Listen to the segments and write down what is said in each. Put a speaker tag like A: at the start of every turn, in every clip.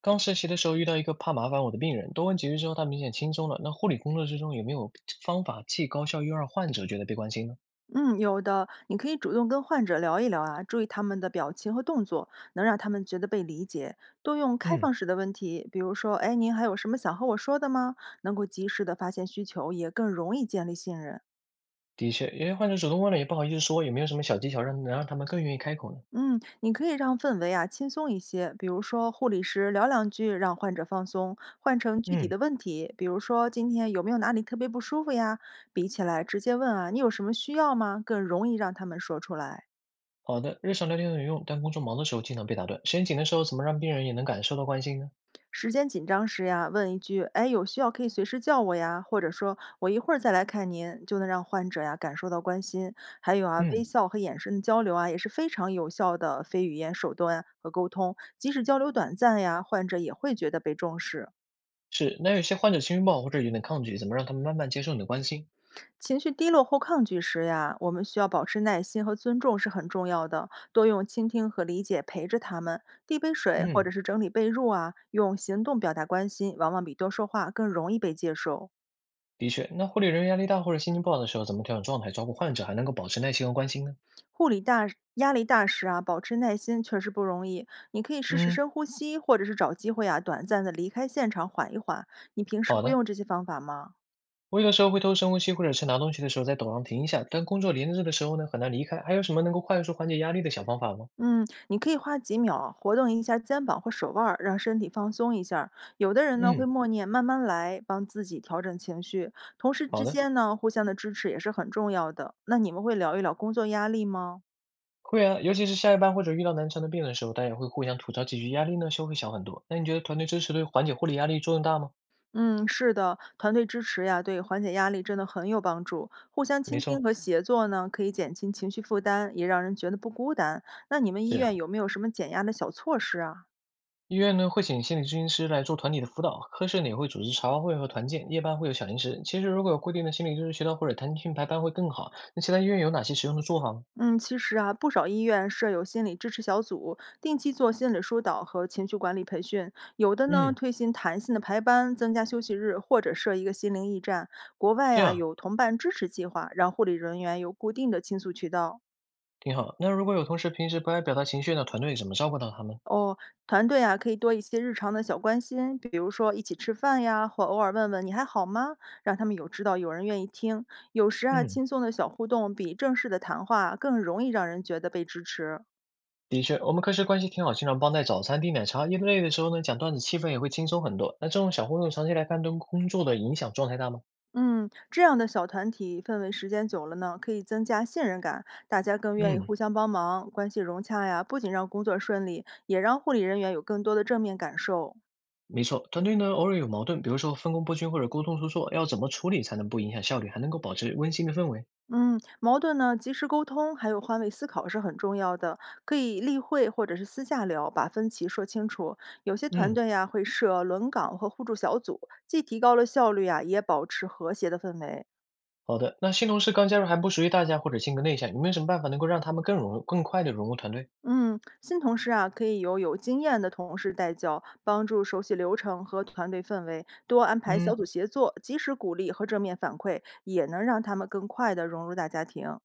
A: 刚实习的时候遇到一个怕麻烦我的病人，多问几句之后，他明显轻松了。那护理工作之中有没有方法既高效又让患者觉得被关心呢？
B: 嗯，有的，你可以主动跟患者聊一聊啊，注意他们的表情和动作，能让他们觉得被理解。多用开
A: 嗯，
B: 放式的问题，比如说，哎，您还有什么想和我说的吗？能够及时的发现需求，也更容易建立信任。
A: 的确，有些患者主动问了也不好意思说，有没有什么小技巧让能让他们更愿意开口呢？
B: 嗯，你可以让氛围啊轻松一些，比如说护理师聊两句，让患者放松，换成具体
A: 嗯，
B: 的问题，比如说今天有没有哪里特别不舒服呀？比起来直接问啊，你有什么需要吗？更容易让他们说出来。
A: 好的，日常聊天很有用，但工作忙的时候经常被打断。时间紧的时候，怎么让病人也能感受到关心呢？
B: 时间紧张时呀，问一句“哎，有需要可以随时叫我呀”，或者说“我一会儿再来看您”，就能让患者呀感受到关心。还有啊，微
A: 嗯，
B: 笑和眼神的交流啊，也是非常有效的非语言手段和沟通。即使交流短暂呀，患者也会觉得被重视。
A: 是，那有些患者情绪不好或者有点抗拒，怎么让他们慢慢接受你的关心？
B: 情绪低落或抗拒时呀，我们需要保持耐心和尊重是很重要的，多用倾听和理解陪着他们，递杯水或
A: 嗯，
B: 者是整理被褥啊，用行动表达关心，往往比多说话更容易被接受。
A: 的确，那护理人员压力大或者心情不好的时候，怎么调整状态，照顾患者还能够保持耐心和关心呢？
B: 护理大压力大时啊，保持耐心确实不容易。你可以试试
A: 嗯，
B: 深呼吸，或者是找机会啊，短暂的离开现场缓一缓。你平时
A: 好
B: 会
A: 的，
B: 用这些方法吗？
A: 我有的时候会偷深呼吸，或者是拿东西的时候在走廊停一下，但工作连着的时候呢，很难离开。还有什么能够快速缓解压力的小方法吗？
B: 嗯，你可以花几秒活动一下肩膀或手腕儿，让身体放松一下儿。有的人呢会
A: 嗯，
B: 默念“慢慢来”，帮自己调整情绪。同事
A: 好
B: 之
A: 的，
B: 间呢，互相的支持也是很重要的。那你们会聊一聊工作压力吗？
A: 会啊，尤其是下一班或者遇到难缠的病人的时候，大家会互相吐槽几句，压力呢就会小很多。那你觉得团队支持对缓解护理压力作用大吗？
B: 嗯，是的，团队支持呀，对缓解压力真的很有帮助。互相
A: 没
B: 倾
A: 错，
B: 听和协作呢，可以减轻情绪负担，也让人觉得不孤单。那你们医
A: 是。
B: 院有没有什么减压的小措施啊？
A: 医院呢会请心理咨询师来做团体的辅导，科室呢也会组织茶话会和团建，夜班会有小零食。其实如果有固定的心理咨询渠道或者弹性排班会更好。那其他医院有哪些实用的做法吗？
B: 嗯，其实啊，不少医院设有心理支持小组，定期做心理疏导和情绪管理培训。有的呢，
A: 嗯，
B: 推行弹性的排班，增加休息日，或者设一个心灵驿站。国外
A: 这
B: 呀，
A: 样。
B: 有同伴支持计划，让护理人员有固定的倾诉渠道。
A: 挺好。那如果有同事平时不爱表达情绪那团队怎么照顾到他们？
B: 哦，团队啊，可以多一些日常的小关心，比如说一起吃饭呀，或偶尔问问你还好吗，让他们有知道有人愿意听。有时啊，
A: 嗯，
B: 轻松的小互动比正式的谈话啊更容易让人觉得被支持。
A: 的确，我们科室关系挺好，经常帮带早餐、递奶茶，一累的时候呢，讲段子，气氛也会轻松很多。那这种小互动，长期来看对工作的影响状态大吗？
B: 嗯，这样的小团体氛围时间久了呢，可以增加信任感，大家更愿意
A: 嗯，
B: 互相帮忙，关系融洽呀，不仅让工作顺利，也让护理人员有更多的正面感受。
A: 没错，团队呢偶尔有矛盾，比如说分工不均或者沟通出错，要怎么处理才能不影响效率，还能够保持温馨的氛围？
B: 嗯，矛盾呢，及时沟通，还有换位思考是很重要的。可以例会或者是私下聊，把分歧说清楚。有些团
A: 嗯，
B: 队呀、会设轮岗和互助小组，既提高了效率啊，也保持和谐的氛围。
A: 好的，那新同事刚加入还不熟悉大家或者性格内向，有没有什么办法能够让他们更融更快的融入团队？
B: 嗯，新同事啊，可以由有经验的同事带教，帮助熟悉流程和团队氛围，多安排小
A: 嗯。
B: 组协作，及时鼓励和正面反馈，也能让他们更快地融入大家庭。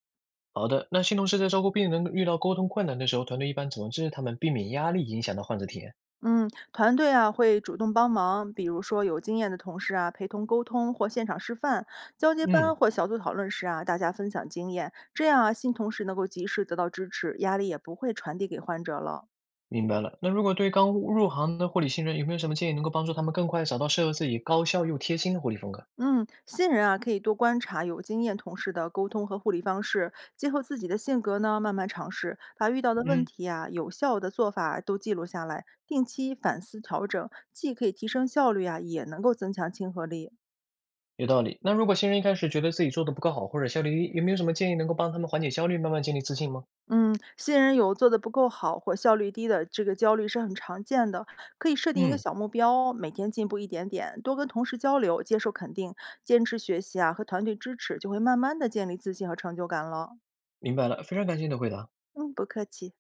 A: 好的，那新同事在照顾病人遇到沟通困难的时候，团队一般怎么支持他们避免压力影响到患者体验？
B: 嗯，团队啊会主动帮忙，比如说有经验的同事啊陪同沟通或现场示范，交接班
A: 嗯，
B: 或小组讨论时啊，大家分享经验，这样啊新同事能够及时得到支持，压力也不会传递给患者了。
A: 明白了。那如果对刚入行的护理新人，有没有什么建议能够帮助他们更快找到适合自己、高效又贴心的护理风格？
B: 嗯，新人啊可以多观察有经验同事的沟通和护理方式，结合自己的性格呢慢慢尝试，把遇到的问
A: 嗯，
B: 题啊、有效的做法都记录下来，定期反思调整，既可以提升效率啊，也能够增强亲和力。
A: 有道理。那如果新人一开始觉得自己做的不够好或者效率低，有没有什么建议能够帮他们缓解焦虑，慢慢建立自信吗？
B: 嗯，新人有做的不够好或效率低的这个焦虑是很常见的，可以设定一个
A: 嗯，
B: 小目标，每天进步一点点，多跟同事交流，接受肯定，坚持学习啊和团队支持，就会慢慢的建立自信和成就感了。
A: 明白了，非常感谢你的回答。
B: 嗯，不客气。